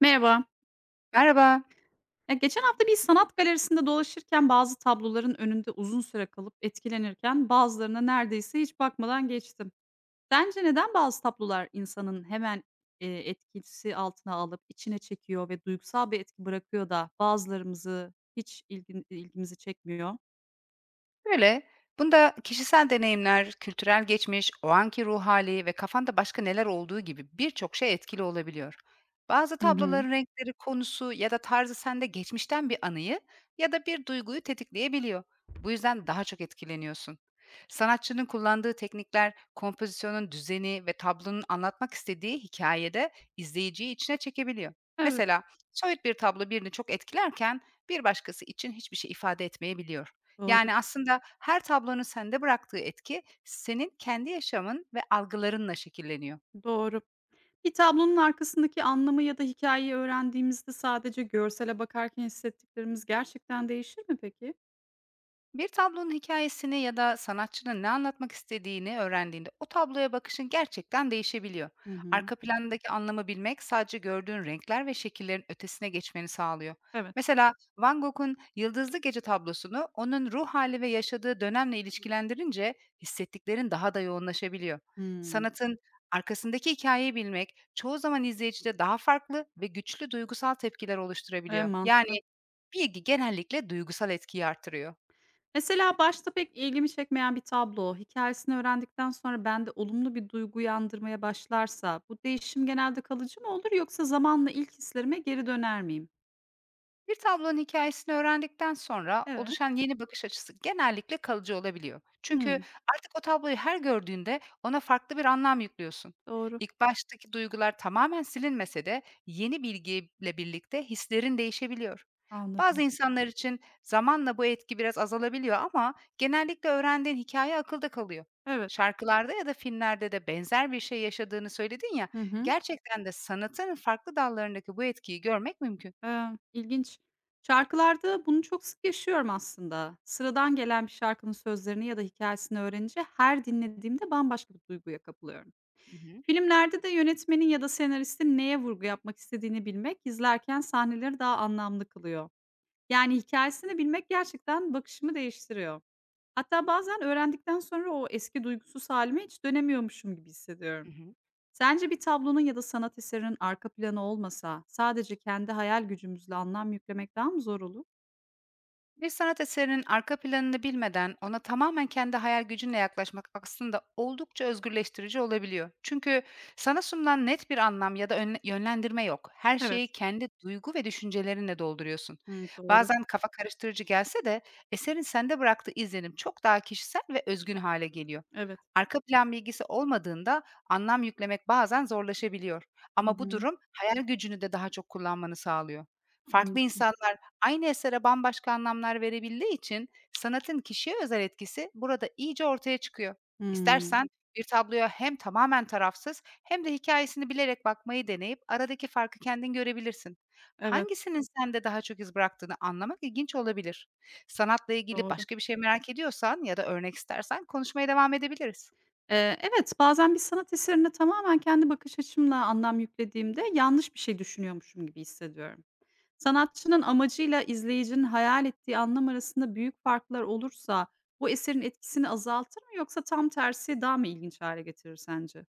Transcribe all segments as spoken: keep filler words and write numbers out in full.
Merhaba. Merhaba. Ya geçen hafta bir sanat galerisinde dolaşırken bazı tabloların önünde uzun süre kalıp etkilenirken bazılarına neredeyse hiç bakmadan geçtim. Sence neden bazı tablolar insanın hemen e, etkisi altına alıp içine çekiyor ve duygusal bir etki bırakıyor da bazılarımızı hiç ilgin- ilgimizi çekmiyor? Böyle, bunda kişisel deneyimler, kültürel geçmiş, o anki ruh hali ve kafanda başka neler olduğu gibi birçok şey etkili olabiliyor. Bazı Hı hı. tabloların renkleri, konusu ya da tarzı sende geçmişten bir anıyı ya da bir duyguyu tetikleyebiliyor. Bu yüzden daha çok etkileniyorsun. Sanatçının kullandığı teknikler, kompozisyonun düzeni ve tablonun anlatmak istediği hikayede izleyiciyi içine çekebiliyor. Evet, Mesela soyut bir tablo birini çok etkilerken bir başkası için hiçbir şey ifade etmeyebiliyor. doğru. Yani, aslında her tablonun sende bıraktığı etki senin kendi yaşamın ve algılarınla şekilleniyor. Doğru. Bir tablonun arkasındaki anlamı ya da hikayeyi öğrendiğimizde sadece görsele bakarken hissettiklerimiz gerçekten değişir mi peki? Bir tablonun hikayesini ya da sanatçının ne anlatmak istediğini öğrendiğinde o tabloya bakışın gerçekten değişebiliyor. Hı hı. Arka plandaki anlamı bilmek sadece gördüğün renkler ve şekillerin ötesine geçmeni sağlıyor. Evet. Mesela Van Gogh'un Yıldızlı Gece tablosunu onun ruh hali ve yaşadığı dönemle ilişkilendirince hissettiklerin daha da yoğunlaşabiliyor. Hı. Sanatın arkasındaki hikayeyi bilmek çoğu zaman izleyicide daha farklı ve güçlü duygusal tepkiler Evet, oluşturabiliyor. mantıklı. Yani bilgi genellikle duygusal etkiyi artırıyor. Mesela başta pek ilgimi çekmeyen bir tablo, hikâyesini öğrendikten sonra bende olumlu bir duygu uyandırmaya başlarsa bu değişim genelde kalıcı mı olur yoksa zamanla ilk hislerime geri döner miyim? Bir tablonun hikayesini öğrendikten sonra Evet. oluşan yeni bakış açısı genellikle kalıcı olabiliyor. Çünkü Hımm, artık o tabloyu her gördüğünde ona farklı bir anlam yüklüyorsun. doğru. İlk baştaki duygular tamamen silinmese de yeni bilgiyle birlikte hislerin değişebiliyor. Bazı Anladım. insanlar için zamanla bu etki biraz azalabiliyor ama genellikle öğrendiğin hikâye akılda kalıyor. Evet. Şarkılarda ya da filmlerde de benzer bir şey yaşadığını söyledin ya, Hı hı. gerçekten de sanatın farklı dallarındaki bu etkiyi görmek mümkün. Eee, ilginç. Şarkılarda bunu çok sık yaşıyorum aslında. Sıradan gelen bir şarkının sözlerini ya da hikâyesini öğrenince her dinlediğimde bambaşka bir duyguya kapılıyorum. Hı hı. Filmlerde de yönetmenin ya da senaristin neye vurgu yapmak istediğini bilmek, izlerken sahneleri daha anlamlı kılıyor. Yani hikayesini bilmek gerçekten bakışımı değiştiriyor. Hatta bazen öğrendikten sonra o eski duygusuz halime hiç dönemiyormuşum gibi Hı hissediyorum. hı. Sence bir tablonun ya da sanat eserinin arka planı olmasa sadece kendi hayal gücümüzle anlam yüklemek daha mı zor olur? Bir sanat eserinin arka planını bilmeden ona tamamen kendi hayal gücünle yaklaşmak aslında oldukça özgürleştirici olabiliyor. Çünkü sana sunulan net bir anlam ya da önle- yönlendirme yok. Her şeyi Evet. kendi duygu ve düşüncelerinle dolduruyorsun. Hımm, doğru. Bazen kafa karıştırıcı gelse de eserin sende bıraktığı izlenim çok daha kişisel ve özgün hale geliyor. Evet. Arka plan bilgisi olmadığında anlam yüklemek bazen zorlaşabiliyor. Hı Ama bu hı. durum hayal gücünü de daha çok kullanmanı sağlıyor. Farklı Anladım. insanlar aynı esere bambaşka anlamlar verebildiği için sanatın kişiye özel etkisi burada iyice ortaya çıkıyor. Hımm. İstersen bir tabloya hem tamamen tarafsız hem de hikayesini bilerek bakmayı deneyip aradaki farkı kendin görebilirsin. Evet, Hangisinin sende daha çok iz bıraktığını anlamak ilginç olabilir. Sanatla ilgili doğru. başka bir şey merak ediyorsan ya da örnek istersen konuşmaya devam edebiliriz. Eee, evet, bazen bir sanat eserine tamamen kendi bakış açımla anlam yüklediğimde yanlış bir şey düşünüyormuşum gibi hissediyorum. Sanatçının amacıyla izleyicinin hayal ettiği anlam arasında büyük farklar olursa bu eserin etkisini azaltır mı yoksa tam tersi daha mı ilginç hale getirir sence?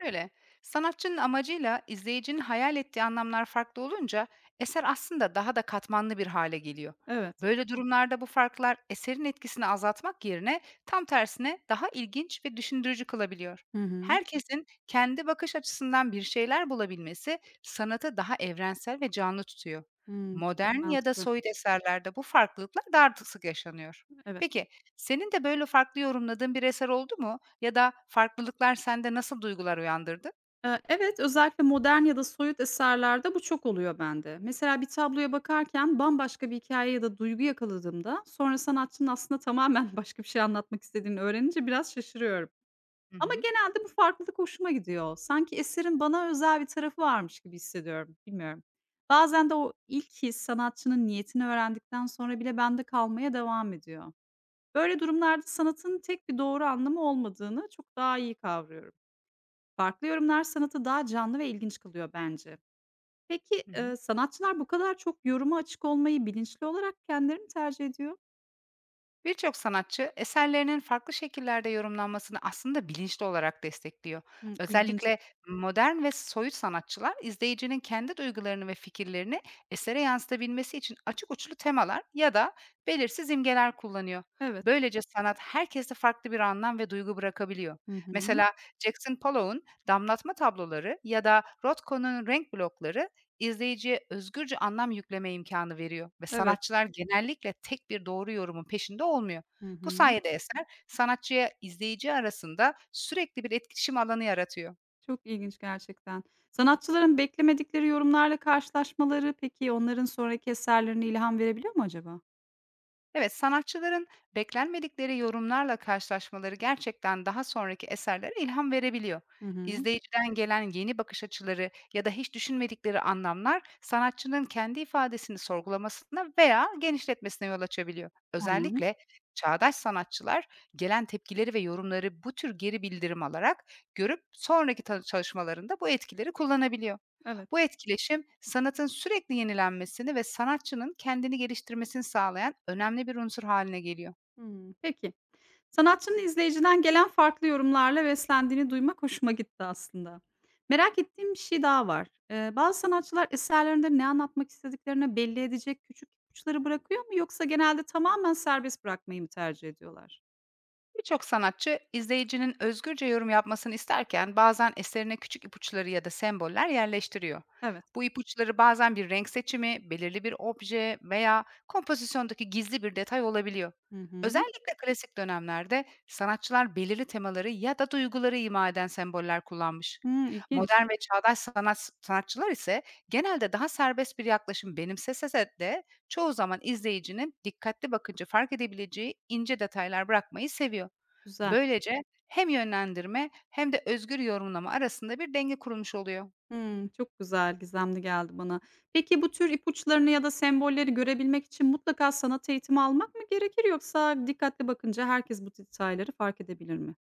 Öyle. Sanatçının amacıyla izleyicinin hayal ettiği anlamlar farklı olunca eser aslında daha da katmanlı bir hale geliyor. Evet. Böyle durumlarda bu farklar eserin etkisini azaltmak yerine tam tersine daha ilginç ve düşündürücü kılabiliyor. Hı hı. Herkesin kendi bakış açısından bir şeyler bulabilmesi sanatı daha evrensel ve canlı tutuyor. Hımm. Modern ya da Mantıklı. soyut eserlerde bu farklılıklar daha sık yaşanıyor. Evet. Peki, senin de böyle farklı yorumladığın bir eser oldu mu? Ya da farklılıklar sende nasıl duygular uyandırdı? Eee, evet, özellikle modern ya da soyut eserlerde bu çok oluyor bende. Mesela bir tabloya bakarken bambaşka bir hikaye ya da duygu yakaladığımda, sonra sanatçının aslında tamamen başka bir şey anlatmak istediğini öğrenince biraz şaşırıyorum. Hı Ama hı. genelde bu farklılık hoşuma gidiyor. Sanki eserin bana özel bir tarafı varmış gibi hissediyorum, bilmiyorum. Bazen de o ilk his sanatçının niyetini öğrendikten sonra bile bende kalmaya devam ediyor. Böyle durumlarda sanatın tek bir doğru anlamı olmadığını çok daha iyi kavruyorum. Farklı yorumlar sanatı daha canlı ve ilginç kılıyor bence. Peki, Hı hı. eee, sanatçılar bu kadar çok yoruma açık olmayı bilinçli olarak kendileri mi tercih ediyor? Birçok sanatçı eserlerinin farklı şekillerde yorumlanmasını aslında bilinçli olarak destekliyor. Hımm, ilginç. Özellikle modern ve soyut sanatçılar izleyicinin kendi duygularını ve fikirlerini esere yansıtabilmesi için açık uçlu temalar ya da belirsiz imgeler kullanıyor. Evet. Böylece sanat herkeste farklı bir anlam ve duygu bırakabiliyor. Hı hı. Mesela Jackson Pollock'un damlatma tabloları ya da Rothko'nun renk blokları İzleyiciye özgürce anlam yükleme imkânı veriyor ve Evet. sanatçılar genellikle tek bir doğru yorumun peşinde olmuyor. Hı Bu hı. sayede eser sanatçıya izleyici arasında sürekli bir etkileşim alanı yaratıyor. Çok ilginç gerçekten. Sanatçıların beklemedikleri yorumlarla karşılaşmaları peki onların sonraki eserlerine ilham verebiliyor mu acaba? Evet, sanatçıların beklenmedikleri yorumlarla karşılaşmaları gerçekten daha sonraki eserlere ilham verebiliyor. Hı hı. İzleyiciden gelen yeni bakış açıları ya da hiç düşünmedikleri anlamlar sanatçının kendi ifadesini sorgulamasına veya genişletmesine yol açabiliyor. Tamam. Özellikle çağdaş sanatçılar gelen tepkileri ve yorumları bu tür geri bildirim alarak görüp sonraki ta- çalışmalarında bu etkileri kullanabiliyor. Evet. Bu etkileşim sanatın sürekli yenilenmesini ve sanatçının kendini geliştirmesini sağlayan önemli bir unsur haline geliyor. Hımm. Peki. Sanatçının izleyiciden gelen farklı yorumlarla beslendiğini duymak hoşuma gitti aslında. Merak ettiğim bir şey daha var. Eee, bazı sanatçılar eserlerinde ne anlatmak istediklerini belli edecek küçük ipuçları bırakıyor mu yoksa genelde tamamen serbest bırakmayı mı tercih ediyorlar? Birçok sanatçı izleyicinin özgürce yorum yapmasını isterken bazen eserine küçük ipuçları ya da semboller yerleştiriyor. Evet. Bu ipuçları bazen bir renk seçimi, belirli bir obje veya kompozisyondaki gizli bir detay olabiliyor. Hı hı. Özellikle klasik dönemlerde sanatçılar belirli temaları ya da duyguları ima eden semboller kullanmış. Hımm, ilginç. Modern ve çağdaş sanat, sanatçılar ise genelde daha serbest bir yaklaşım benimsese de çoğu zaman izleyicinin dikkatli bakınca fark edebileceği ince detaylar bırakmayı seviyor. Güzel. Böylece hem yönlendirme hem de özgür yorumlama arasında bir denge kurulmuş oluyor. Hımm, çok güzel, gizemli geldi bana. Peki bu tür ipuçlarını ya da sembolleri görebilmek için mutlaka sanat eğitimi almak mı gerekir yoksa dikkatli bakınca herkes bu detayları fark edebilir mi?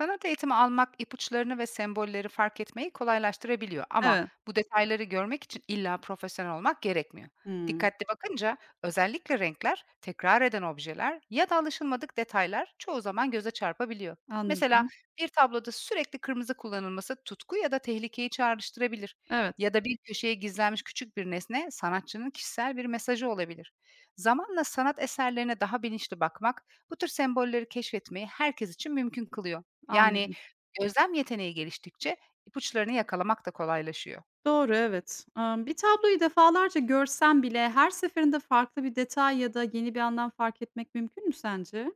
Sanat eğitimi almak ipuçlarını ve sembolleri fark etmeyi kolaylaştırabiliyor ama Evet. bu detayları görmek için illa profesyonel olmak gerekmiyor. Hımm. Dikkatli bakınca özellikle renkler, tekrar eden objeler ya da alışılmadık detaylar çoğu zaman göze çarpabiliyor. Mesela Anladım. bir tabloda sürekli kırmızı kullanılması tutku ya da tehlikeyi çağrıştırabilir. Evet, Ya da bir köşeye gizlenmiş küçük bir nesne sanatçının kişisel bir mesajı olabilir. Zamanla sanat eserlerine daha bilinçli bakmak bu tür sembolleri keşfetmeyi herkes için mümkün kılıyor. Yani anladım. gözlem yeteneği geliştikçe ipuçlarını yakalamak da kolaylaşıyor. Doğru, evet. Amm, bir tabloyu defalarca görsem bile her seferinde farklı bir detay ya da yeni bir anlam fark etmek mümkün mü sence?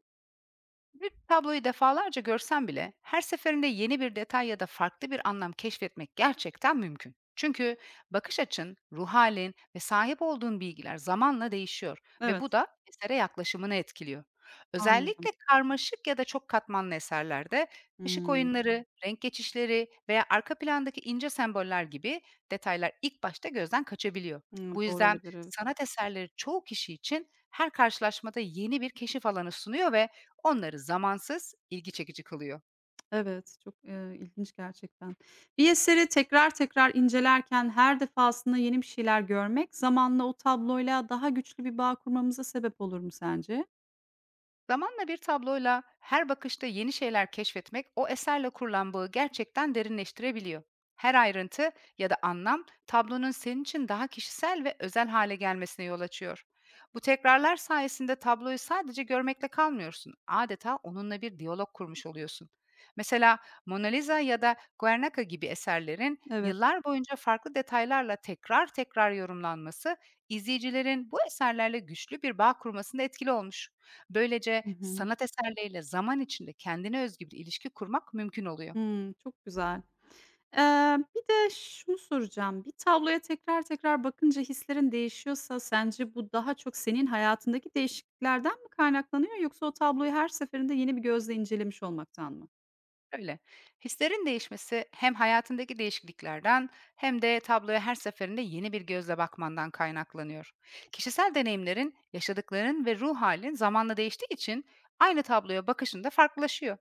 Bir tabloyu defalarca görsem bile her seferinde yeni bir detay ya da farklı bir anlam keşfetmek gerçekten mümkün. Çünkü bakış açın, ruh halin ve sahip olduğun bilgiler zamanla değişiyor ve bu Evet, da esere yaklaşımını etkiliyor. Özellikle anladım. karmaşık ya da çok katmanlı eserlerde ışık Hımm. oyunları, renk geçişleri veya arka plandaki ince semboller gibi detaylar ilk başta gözden kaçabiliyor. Hımm, Bu doğru yüzden olabilir, evet. sanat eserleri çoğu kişi için her karşılaşmada yeni bir keşif alanı sunuyor ve onları zamansız, ilgi çekici kılıyor. Evet, çok, eee, ilginç gerçekten. Bir eseri tekrar tekrar incelerken her defasında yeni bir şeyler görmek zamanla o tabloyla daha güçlü bir bağ kurmamıza sebep olur mu sence? Zamanla bir tabloyla her bakışta yeni şeyler keşfetmek o eserle kurulan bağı gerçekten derinleştirebiliyor. Her ayrıntı ya da anlam tablonun senin için daha kişisel ve özel hale gelmesine yol açıyor. Bu tekrarlar sayesinde tabloyu sadece görmekle kalmıyorsun. Adeta onunla bir diyalog kurmuş oluyorsun. Mesela Mona Lisa ya da Guernica gibi eserlerin Evet. yıllar boyunca farklı detaylarla tekrar tekrar yorumlanması izleyicilerin bu eserlerle güçlü bir bağ kurmasında etkili olmuş. Böylece Hı hı. sanat eserleriyle zaman içinde kendine özgü bir ilişki kurmak mümkün oluyor. Hımm, çok güzel. Eee, bir de şunu soracağım. Bir tabloya tekrar tekrar bakınca hislerin değişiyorsa sence bu daha çok senin hayatındaki değişikliklerden mi kaynaklanıyor yoksa o tabloyu her seferinde yeni bir gözle incelemiş olmaktan mı? Öyle. Hislerin değişmesi hem hayatındaki değişikliklerden hem de tabloya her seferinde yeni bir gözle bakmandan kaynaklanıyor. Kişisel deneyimlerin, yaşadıkların ve ruh halin zamanla değiştiği için aynı tabloya bakışın da farklılaşıyor.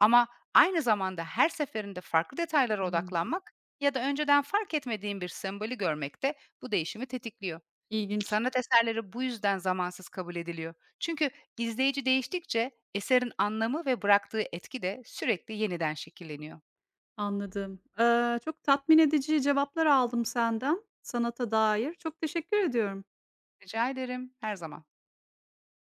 Ama aynı zamanda her seferinde farklı detaylara Hımm, odaklanmak ya da önceden fark etmediğin bir sembolü görmek de bu değişimi tetikliyor. ilginç. Sanat eserleri bu yüzden zamansız kabul ediliyor. Çünkü izleyici değiştikçe eserin anlamı ve bıraktığı etki de sürekli yeniden şekilleniyor. Anladım. Eee, çok tatmin edici cevaplar aldım senden sanata dair. Çok teşekkür ediyorum. Rica ederim, her zaman.